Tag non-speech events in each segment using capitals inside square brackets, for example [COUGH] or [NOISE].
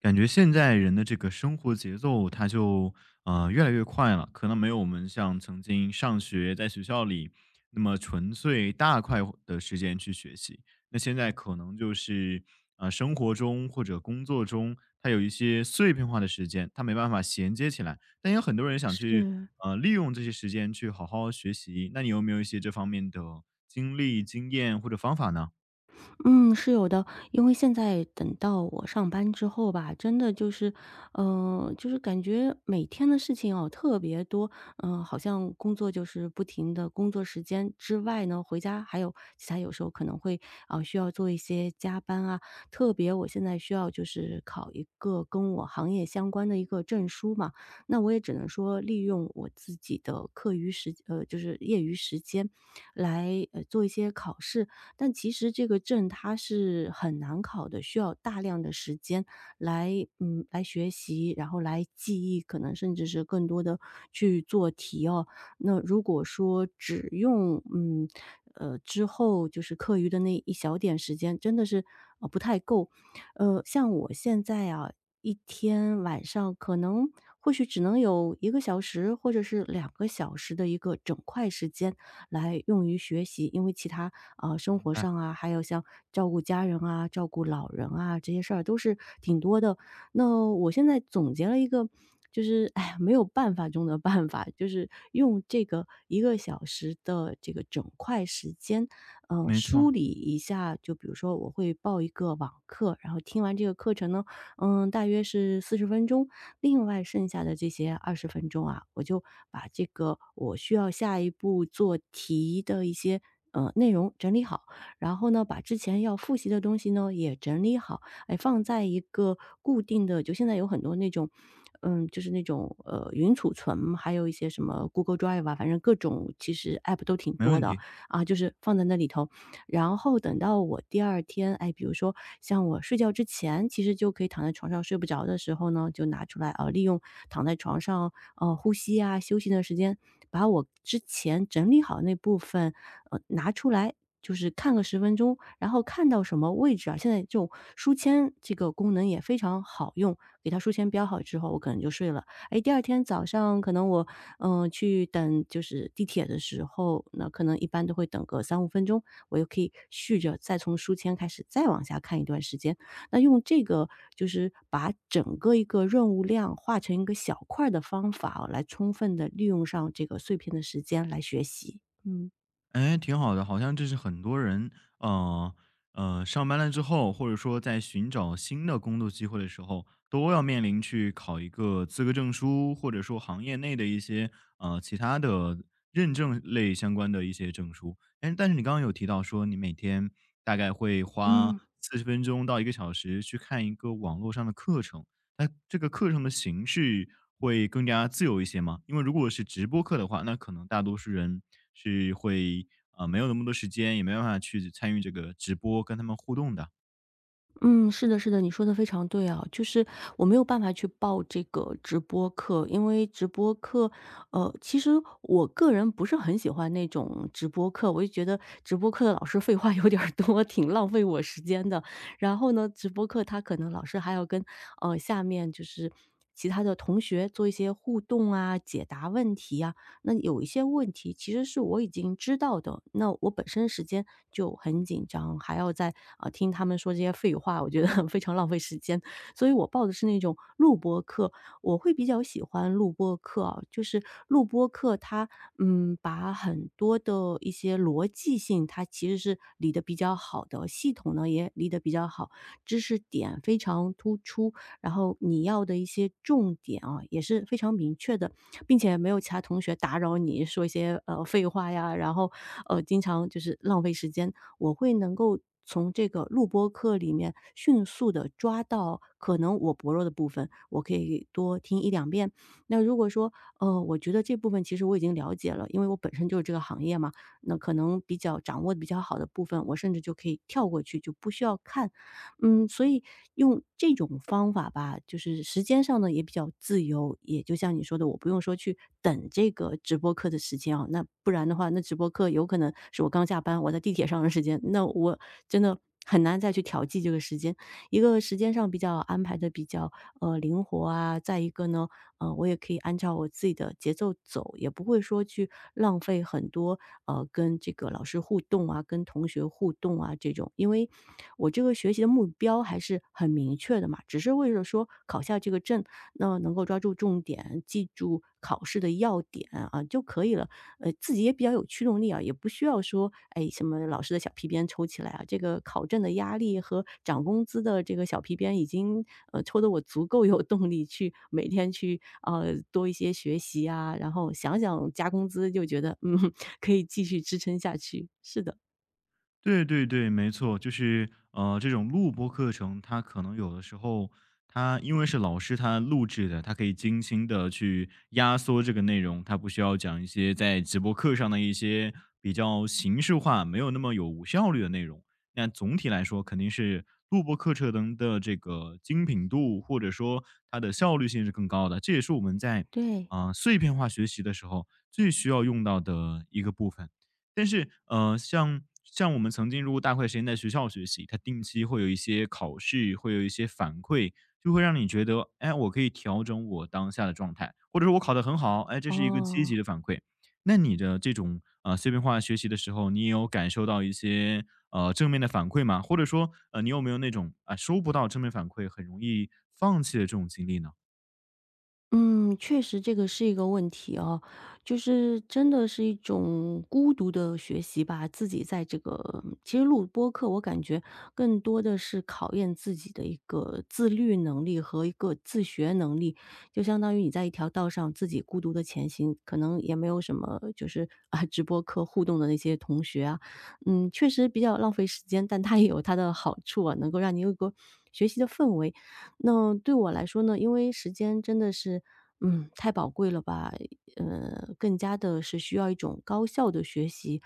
感觉现在人的这个生活节奏，它就越来越快了，可能没有我们像曾经上学在学校里那么纯粹大块的时间去学习。那现在可能就是生活中或者工作中，它有一些碎片化的时间，它没办法衔接起来。但有很多人想去是，利用这些时间去好好学习，那你有没有一些这方面的经历、经验或者方法呢？嗯，是有的。因为现在等到我上班之后吧，真的就是感觉每天的事情哦特别多，好像工作就是不停的工作时间之外呢，回家还有其他有时候可能会需要做一些加班啊。特别我现在需要就是考一个跟我行业相关的一个证书嘛，那我也只能说利用我自己的课余时呃就是业余时间来做一些考试。但其实这个证它是很难考的，需要大量的时间来来学习，然后来记忆，可能甚至是更多的去做题哦。那如果说只用之后就是课余的那一小点时间，真的是，不太够。像我现在啊，一天晚上可能或许只能有一个小时或者是两个小时的一个整块时间，来用于学习。因为其他生明活白。上啊，还有像照顾家人啊、照顾老人啊这些事儿都是挺多的。那我现在总结了一个，就是哎呀没有办法中的办法，就是用这个一个小时的这个整块时间，没梳错，理一下。就比如说我会报一个网课，然后听完这个课程呢。大约是40分钟。另外剩下的这些20分钟啊，我就把这个我需要下一步做题的一些，内容整理好，然后呢，把之前要复习的东西呢也整理好，哎，放在一个固定的就现在有很多那种，就是那种，云储存，还有一些什么 Google Drive 啊，反正各种其实 App 都挺没多问的，题。啊，就是放在那里头。然后等到我第二天，哎，比如说像我睡觉之前，其实就可以躺在床上睡不着的时候呢，就拿出来啊，利用躺在床上呼吸啊休息的时间，把我之前整理好那部分拿出来。就是看个十分钟，然后看到什么位置啊？现在这种书签这个功能也非常好用，给它书签标好之后，我可能就睡了。哎，第二天早上可能我去等就是地铁的时候，那可能一般都会等个三五分钟，我又可以续着再从书签开始再往下看一段时间。那用这个就是把整个一个任务量化成一个小块儿的方法哦来充分的利用上这个碎片的时间来学习，嗯。哎，挺好的，好像这是很多人，呃上班了之后，或者说在寻找新的工作机会的时候，都要面临去考一个资格证书，或者说行业内的一些其他的认证类相关的一些证书。哎，但是你刚刚有提到说，你每天大概会花嗯。40分钟到1个小时去看一个网络上的课程，那这个课程的形式会更加自由一些吗？因为如果是直播课的话，那可能大多数人是会，没有那么多时间，也没办法去参与这个直播跟他们互动的。嗯，是的，是的，你说的非常对啊，就是我没有办法去报这个直播课，因为直播课，其实我个人不是很喜欢那种直播课，我就觉得直播课的老师废话有点儿多，挺浪费我时间的。然后呢，直播课他可能老师还要跟下面就是其他的同学做一些互动啊、解答问题啊。那有一些问题其实是我已经知道的，那我本身时间就很紧张，还要再听他们说这些废话，我觉得 [LAUGHS] 非常浪费时间。所以我报的是那种录播课，我会比较喜欢录播课啊，就是录播课它把很多的一些逻辑性它其实是理得比较好的，系统呢也理得比较好，知识点非常突出，然后你要的一些重点啊也是非常明确的。并且没有其他同学打扰你说一些，废话呀，然后，经常就是浪费时间。我会能够从这个录播课里面迅速的抓到可能我薄弱的部分，我可以多听一两遍。那如果说，我觉得这部分其实我已经了解了，因为我本身就是这个行业嘛，那可能比较掌握的比较好的部分，我甚至就可以跳过去，就不需要看。所以用这种方法吧，就是时间上呢也比较自由，也就像你说的，我不用说去等这个直播课的时间啊，那不然的话，那直播课有可能是我刚下班，我在地铁上的时间，那我真的很难再去调剂这个时间。一个时间上比较安排的比较灵活啊。再一个呢，我也可以按照我自己的节奏走，也不会说去浪费很多，跟这个老师互动啊，跟同学互动啊这种。因为我这个学习的目标还是很明确的嘛，只是为了说考下这个证，那能够抓住重点，记住考试的要点啊就可以了。自己也比较有驱动力啊，也不需要说，哎，什么老师的小皮鞭抽起来啊，这个考证的压力和涨工资的这个小皮鞭已经，抽得我足够有动力去每天去，多一些学习啊，然后想想加工资就觉得，嗯 [LAUGHS]，可以继续支撑下去，是的。对对对，没错，就是这种录播课程，它可能有的时候，它因为是老师他录制的，他可以精心的去压缩这个内容，他不需要讲一些在直播课上的一些比较形式化、没有那么有效率的内容。那总体来说，肯定是录播课程的这个精品度，或者说它的效率性是更高的。这也是我们在对，啊、碎片化学习的时候最需要用到的一个部分。但是，像我们曾经如果大块时间在学校学习，它定期会有一些考试，会有一些反馈，就会让你觉得，哎，我可以调整我当下的状态，或者说我考得很好，哎，这是一个积哦。极的反馈。那你的这种碎片化学习的时候，你有感受到一些正面的反馈吗？或者说，你有没有那种啊、收不到正面反馈，很容易放弃的这种经历呢？嗯，确实这个是一个问题哦，就是真的是一种孤独的学习吧。自己在这个其实录播课，我感觉更多的是考验自己的一个自律能力和一个自学能力。就相当于你在一条道上自己孤独的前行，可能也没有什么就是啊直播课互动的那些同学啊，确实比较浪费时间，但它也有它的好处啊，能够让你有一个学习的氛围。那对我来说呢，因为时间真的是，太宝贵了吧，更加的是需要一种高效的学习。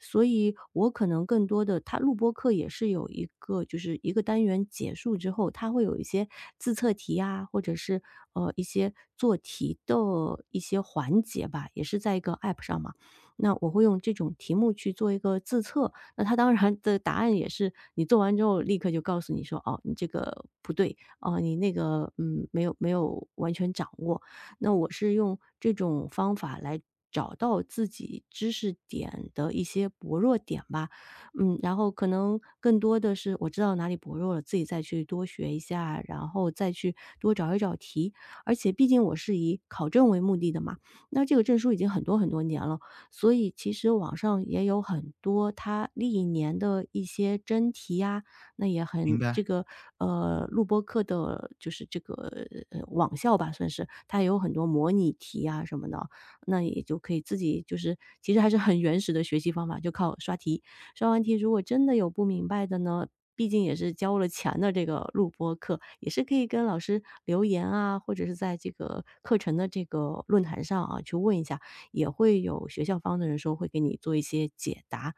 所以我可能更多的它录播课也是有一个就是一个单元结束之后，它会有一些自测题呀，或者是，一些做题的一些环节吧，也是在一个 App 上嘛。那我会用这种题目去做一个自测，那它当然的答案也是你做完之后立刻就告诉你说：“哦，你这个不对。”哦，你那个没有完全掌握。那我是用这种方法来找到自己知识点的一些薄弱点吧，然后可能更多的是我知道哪里薄弱了，自己再去多学一下，然后再去多找一找题。而且毕竟我是以考证为目的的嘛，那这个证书已经很多很多年了，所以其实网上也有很多它历年的一些真题呀、那也明很白。这个录播课的就是这个网校吧，算是它也有很多模拟题啊什么的，那也就可以自己就是其实还是很原始的学习方法，就靠刷题。刷完题如果真的有不明白的呢，毕竟也是交了钱的这个录播课，也是可以跟老师留言啊，或者是在这个课程的这个论坛上啊去问一下，也会有学校方的人说会给你做一些解答。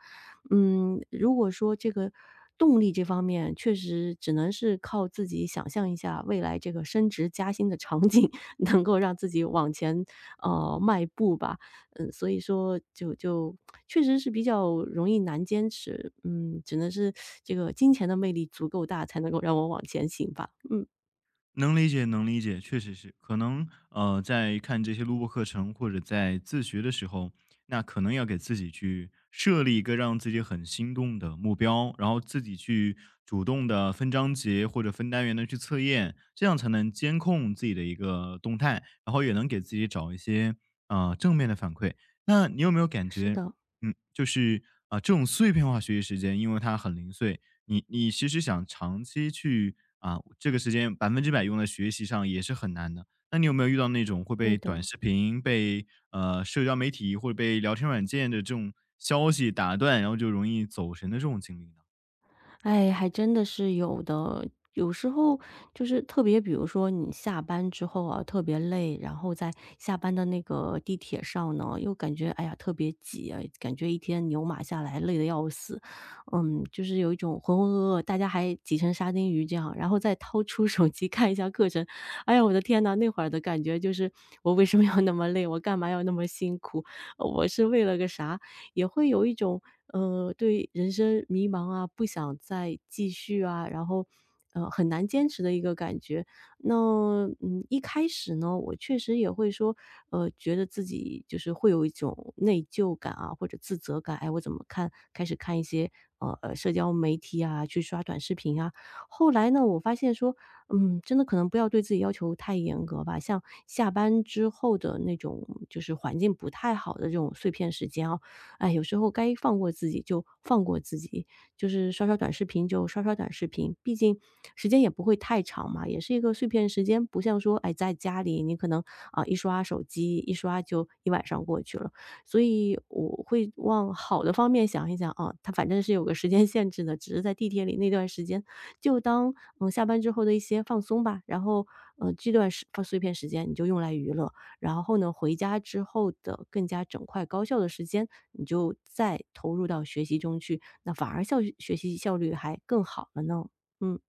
如果说这个动力这方面，确实只能是靠自己想象一下未来这个升职加薪的场景，[LAUGHS] 能够让自己往前迈步吧。所以说就确实是比较容易难坚持。嗯，只能是这个金钱的魅力足够大，才能够让我往前行吧。嗯，能理解，能理解，确实是，可能在看这些录播课程或者在自学的时候，那可能要给自己去设立一个让自己很心动的目标，然后自己去主动的分章节或者分单元的去测验，这样才能监控自己的一个动态，然后也能给自己找一些啊正面的反馈。那你有没有感是觉，的，嗯，就是啊、这种碎片化学习时间，因为它很零碎，你其实想长期去啊，这个时间100%用在学习上也是很难的。那你有没有遇到那种会对被短的。视频、被社交媒体或者被聊天软件的这种消息打断，然后就容易走神的这种经历呢？哎，还真的是有的。有时候就是特别，比如说你下班之后啊，特别累，然后在下班的那个地铁上呢，又感觉哎呀特别挤啊，感觉一天牛马下来累得要死，就是有一种浑浑噩噩，大家还挤成沙丁鱼这样，然后再掏出手机看一下课程，哎呀，我的天呐，那会儿的感觉就是我为什么要那么累，我干嘛要那么辛苦，我是为了个啥？也会有一种对人生迷茫啊，不想再继续啊，然后很难坚持的一个感觉。那一开始呢，我确实也会说，觉得自己就是会有一种内疚感啊，或者自责感。哎，我怎么看？开始看一些社交媒体啊，去刷短视频啊。后来呢，我发现说，真的可能不要对自己要求太严格吧。像下班之后的那种，就是环境不太好的这种碎片时间啊，哎，有时候该放过自己就放过自己，就是刷刷短视频就刷刷短视频，毕竟时间也不会太长嘛，也是一个碎片时间，不像说哎在家里你可能一刷手机一刷就一晚上过去了，所以我会往好的方面想一想啊，它反正是有个时间限制的，只是在地铁里那段时间就当下班之后的一些放松吧，然后这段时放碎片时间你就用来娱乐。然后呢，回家之后的更加整块高效的时间，你就再投入到学习中去，那反而学习效率还更好了呢。嗯，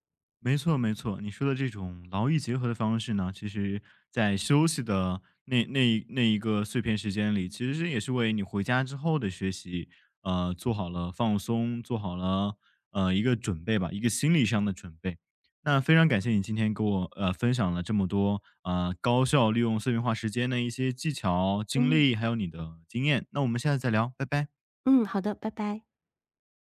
没错，没错，你说的这种劳逸结合的方式呢，其实在休息的那一个碎片时间里，其实也是为你回家之后的学习，做好了放松，做好了一个准备吧，一个心理上的准备。那非常感谢你今天给我分享了这么多高效利用碎片化时间的一些技巧、经嗯。历，还有你的经验。那我们下次再聊，拜拜。嗯，好的，拜拜。